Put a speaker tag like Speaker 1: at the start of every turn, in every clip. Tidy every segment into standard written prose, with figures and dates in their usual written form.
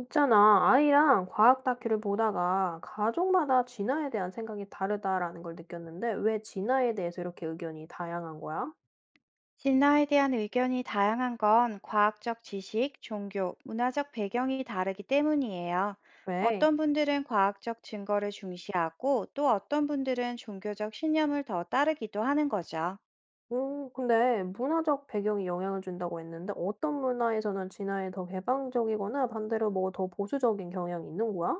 Speaker 1: 있잖아, 아이랑 과학 다큐를 보다가 가족마다 진화에 대한 생각이 다르다라는 걸 느꼈는데, 왜 진화에 대해서 이렇게 의견이 다양한 거야?
Speaker 2: 진화에 대한 의견이 다양한 건 과학적 지식, 종교, 문화적 배경이 다르기 때문이에요.
Speaker 1: 왜?
Speaker 2: 어떤 분들은 과학적 증거를 중시하고, 또 어떤 분들은 종교적 신념을 더 따르기도 하는 거죠.
Speaker 1: 근데 문화적 배경이 영향을 준다고 했는데, 어떤 문화에서는 진화에 더 개방적이거나 반대로 뭐 더 보수적인 경향이 있는 거야?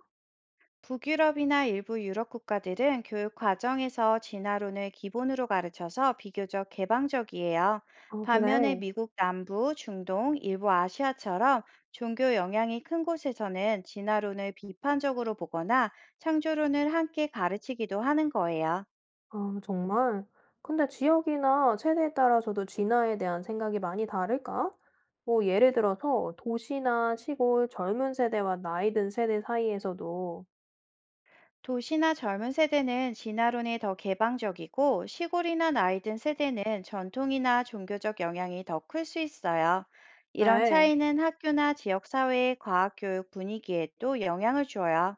Speaker 2: 북유럽이나 일부 유럽 국가들은 교육 과정에서 진화론을 기본으로 가르쳐서 비교적 개방적이에요.
Speaker 1: 아,
Speaker 2: 반면에
Speaker 1: 그래.
Speaker 2: 미국 남부, 중동, 일부 아시아처럼 종교 영향이 큰 곳에서는 진화론을 비판적으로 보거나 창조론을 함께 가르치기도 하는 거예요.
Speaker 1: 아 정말? 근데 지역이나 세대에 따라서도 진화에 대한 생각이 많이 다를까? 뭐 예를 들어서 도시나 시골 젊은 세대와 나이 든 세대 사이에서도
Speaker 2: 도시나 젊은 세대는 진화론에 더 개방적이고, 시골이나 나이 든 세대는 전통이나 종교적 영향이 더 클 수 있어요. 이런
Speaker 1: 그래.
Speaker 2: 차이는 학교나 지역 사회의 과학 교육 분위기에도 영향을 줘요.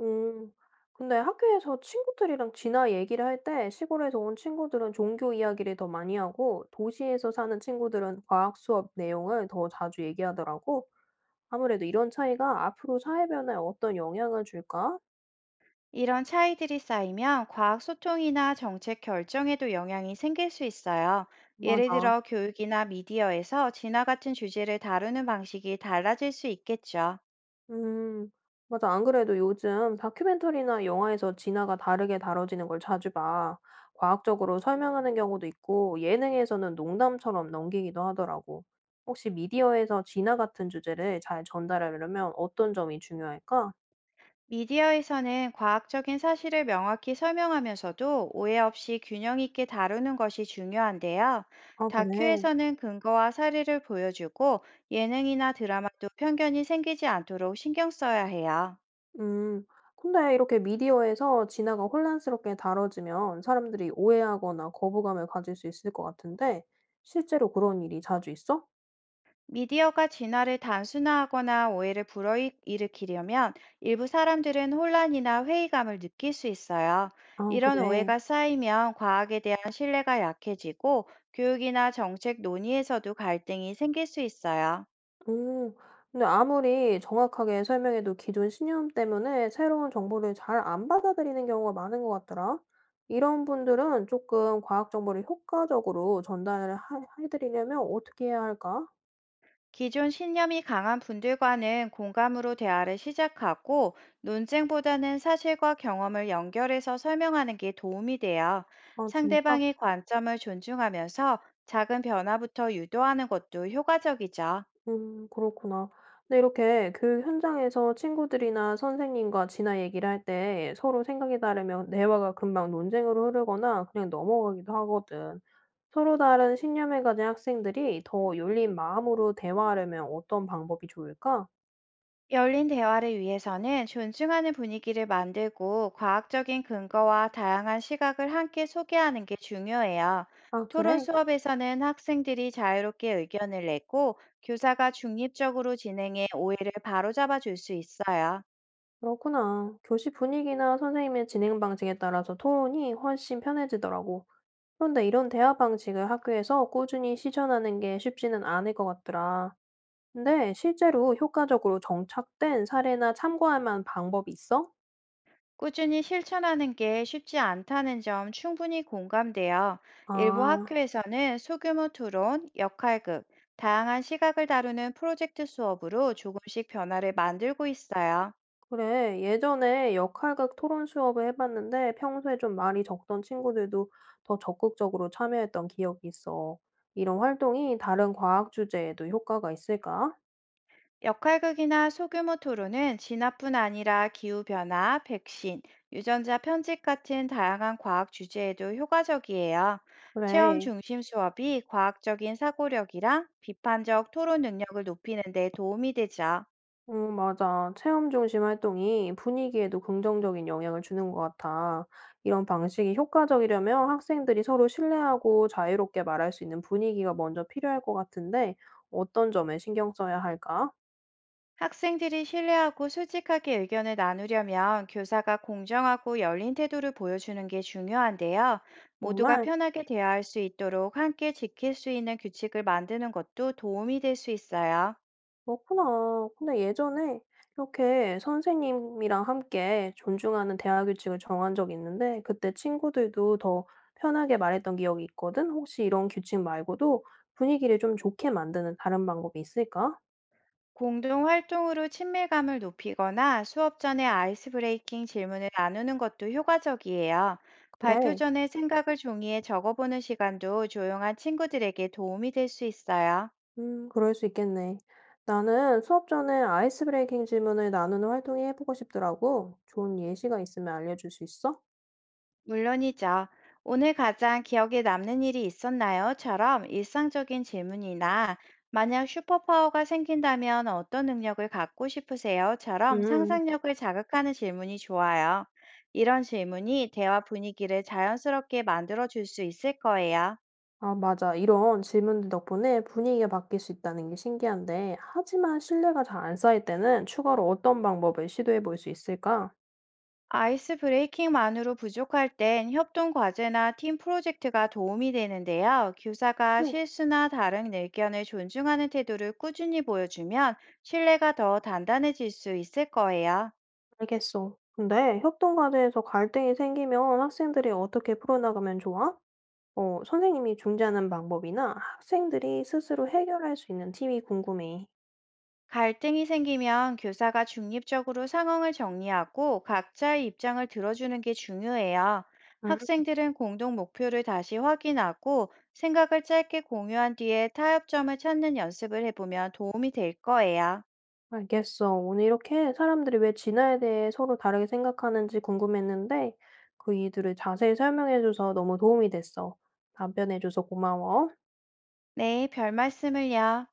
Speaker 1: 음. 근데 학교에서 친구들이랑 진화 얘기를 할 때 시골에서 온 친구들은 종교 이야기를 더 많이 하고 도시에서 사는 친구들은 과학 수업 내용을 더 자주 얘기하더라고. 아무래도 이런 차이가 앞으로 사회 변화에 어떤 영향을 줄까?
Speaker 2: 이런 차이들이 쌓이면 과학 소통이나 정책 결정에도 영향이 생길 수 있어요. 예를
Speaker 1: 맞아.
Speaker 2: 들어 교육이나 미디어에서 진화 같은 주제를 다루는 방식이 달라질 수 있겠죠.
Speaker 1: 음. 맞아. 안 그래도 요즘 다큐멘터리나 영화에서 진화가 다르게 다뤄지는 걸 자주 봐. 과학적으로 설명하는 경우도 있고, 예능에서는 농담처럼 넘기기도 하더라고. 혹시 미디어에서 진화 같은 주제를 잘 전달하려면 어떤 점이 중요할까?
Speaker 2: 미디어에서는 과학적인 사실을 명확히 설명하면서도 오해 없이 균형 있게 다루는 것이 중요한데요.
Speaker 1: 아, 그래.
Speaker 2: 다큐에서는 근거와 사례를 보여주고, 예능이나 드라마도 편견이 생기지 않도록 신경 써야 해요.
Speaker 1: 음. 근데 이렇게 미디어에서 진화가 혼란스럽게 다뤄지면 사람들이 오해하거나 거부감을 가질 수 있을 것 같은데, 실제로 그런 일이 자주 있어?
Speaker 2: 미디어가 진화를 단순화하거나 오해를 불러일으키려면 일부 사람들은 혼란이나 회의감을 느낄 수 있어요.
Speaker 1: 아,
Speaker 2: 이런
Speaker 1: 그래.
Speaker 2: 오해가 쌓이면 과학에 대한 신뢰가 약해지고, 교육이나 정책 논의에서도 갈등이 생길 수 있어요.
Speaker 1: 오. 근데 아무리 정확하게 설명해도 기존 신념 때문에 새로운 정보를 잘 안 받아들이는 경우가 많은 것 같더라. 이런 분들은 조금 과학 정보를 효과적으로 전달을 해드리려면 어떻게 해야 할까?
Speaker 2: 기존 신념이 강한 분들과는 공감으로 대화를 시작하고, 논쟁보다는 사실과 경험을 연결해서 설명하는 게 도움이 돼요.
Speaker 1: 아, 진짜?
Speaker 2: 상대방의 관점을 존중하면서 작은 변화부터 유도하는 것도 효과적이죠.
Speaker 1: 그렇구나. 근데 이렇게 교육 현장에서 친구들이나 선생님과 진화 얘기를 할 때 서로 생각이 다르면 대화가 금방 논쟁으로 흐르거나 그냥 넘어가기도 하거든. 서로 다른 신념을 가진 학생들이 더 열린 마음으로 대화하려면 어떤 방법이 좋을까?
Speaker 2: 열린 대화를 위해서는 존중하는 분위기를 만들고, 과학적인 근거와 다양한 시각을 함께 소개하는 게 중요해요.
Speaker 1: 아,
Speaker 2: 토론
Speaker 1: 그래?
Speaker 2: 수업에서는 학생들이 자유롭게 의견을 내고, 교사가 중립적으로 진행해 오해를 바로잡아 줄 수 있어요.
Speaker 1: 그렇구나. 교실 분위기나 선생님의 진행 방식에 따라서 토론이 훨씬 편해지더라고. 그런데 이런 대화 방식을 학교에서 꾸준히 실천하는 게 쉽지는 않을 것 같더라. 근데 실제로 효과적으로 정착된 사례나 참고할 만한 방법이 있어?
Speaker 2: 꾸준히 실천하는 게 쉽지 않다는 점, 충분히 공감돼요. 일부
Speaker 1: 아.
Speaker 2: 학교에서는 소규모 토론, 역할극, 다양한 시각을 다루는 프로젝트 수업으로 조금씩 변화를 만들고 있어요.
Speaker 1: 그래, 예전에 역할극 토론 수업을 해봤는데 평소에 좀 말이 적던 친구들도 더 적극적으로 참여했던 기억이 있어. 이런 활동이 다른 과학 주제에도 효과가 있을까?
Speaker 2: 역할극이나 소규모 토론은 진화뿐 아니라 기후변화, 백신, 유전자 편집 같은 다양한 과학 주제에도 효과적이에요. 체험
Speaker 1: 그래,
Speaker 2: 중심 수업이 과학적인 사고력이랑 비판적 토론 능력을 높이는 데 도움이 되죠.
Speaker 1: 맞아. 체험 중심 활동이 분위기에도 긍정적인 영향을 주는 것 같아. 이런 방식이 효과적이려면 학생들이 서로 신뢰하고 자유롭게 말할 수 있는 분위기가 먼저 필요할 것 같은데 어떤 점에 신경 써야 할까?
Speaker 2: 학생들이 신뢰하고 솔직하게 의견을 나누려면 교사가 공정하고 열린 태도를 보여주는 게 중요한데요. 모두가
Speaker 1: 정말?
Speaker 2: 편하게 대화할 수 있도록 함께 지킬 수 있는 규칙을 만드는 것도 도움이 될 수 있어요.
Speaker 1: 그렇구나. 근데 예전에 이렇게 선생님이랑 함께 존중하는 대화 규칙을 정한 적이 있는데 그때 친구들도 더 편하게 말했던 기억이 있거든. 혹시 이런 규칙 말고도 분위기를 좀 좋게 만드는 다른 방법이 있을까?
Speaker 2: 공동 활동으로 친밀감을 높이거나 수업 전에 아이스 브레이킹 질문을 나누는 것도 효과적이에요. 발표
Speaker 1: 그래.
Speaker 2: 전에 생각을 종이에 적어보는 시간도 조용한 친구들에게 도움이 될 수 있어요.
Speaker 1: 그럴 수 있겠네. 나는 수업 전에 아이스 브레이킹 질문을 나누는 활동이 해보고 싶더라고. 좋은 예시가 있으면 알려줄 수 있어?
Speaker 2: 물론이죠. "오늘 가장 기억에 남는 일이 있었나요?"처럼 일상적인 질문이나 "만약 슈퍼파워가 생긴다면 어떤 능력을 갖고 싶으세요?"처럼
Speaker 1: 음.
Speaker 2: 상상력을 자극하는 질문이 좋아요. 이런 질문이 대화 분위기를 자연스럽게 만들어 줄 수 있을 거예요.
Speaker 1: 아, 맞아. 이런 질문들 덕분에 분위기가 바뀔 수 있다는 게 신기한데, 하지만 신뢰가 잘 안 쌓일 때는 추가로 어떤 방법을 시도해 볼 수 있을까?
Speaker 2: 아이스 브레이킹만으로 부족할 땐 협동 과제나 팀 프로젝트가 도움이 되는데요. 교사가
Speaker 1: 네,
Speaker 2: 실수나 다른 의견을 존중하는 태도를 꾸준히 보여주면 신뢰가 더 단단해질 수 있을 거예요.
Speaker 1: 알겠어. 근데 협동 과제에서 갈등이 생기면 학생들이 어떻게 풀어나가면 좋아? 어, 선생님이 중재하는 방법이나 학생들이 스스로 해결할 수 있는 팁이 궁금해.
Speaker 2: 갈등이 생기면 교사가 중립적으로 상황을 정리하고 각자의 입장을 들어주는 게 중요해요. 학생들은 공동 목표를 다시 확인하고, 생각을 짧게 공유한 뒤에 타협점을 찾는 연습을 해보면 도움이 될 거예요.
Speaker 1: 알겠어. 오늘 이렇게 사람들이 왜 진화에 대해 서로 다르게 생각하는지 궁금했는데 그 이유들을 자세히 설명해줘서 너무 도움이 됐어. 답변해줘서 고마워.
Speaker 2: 네, 별 말씀을요.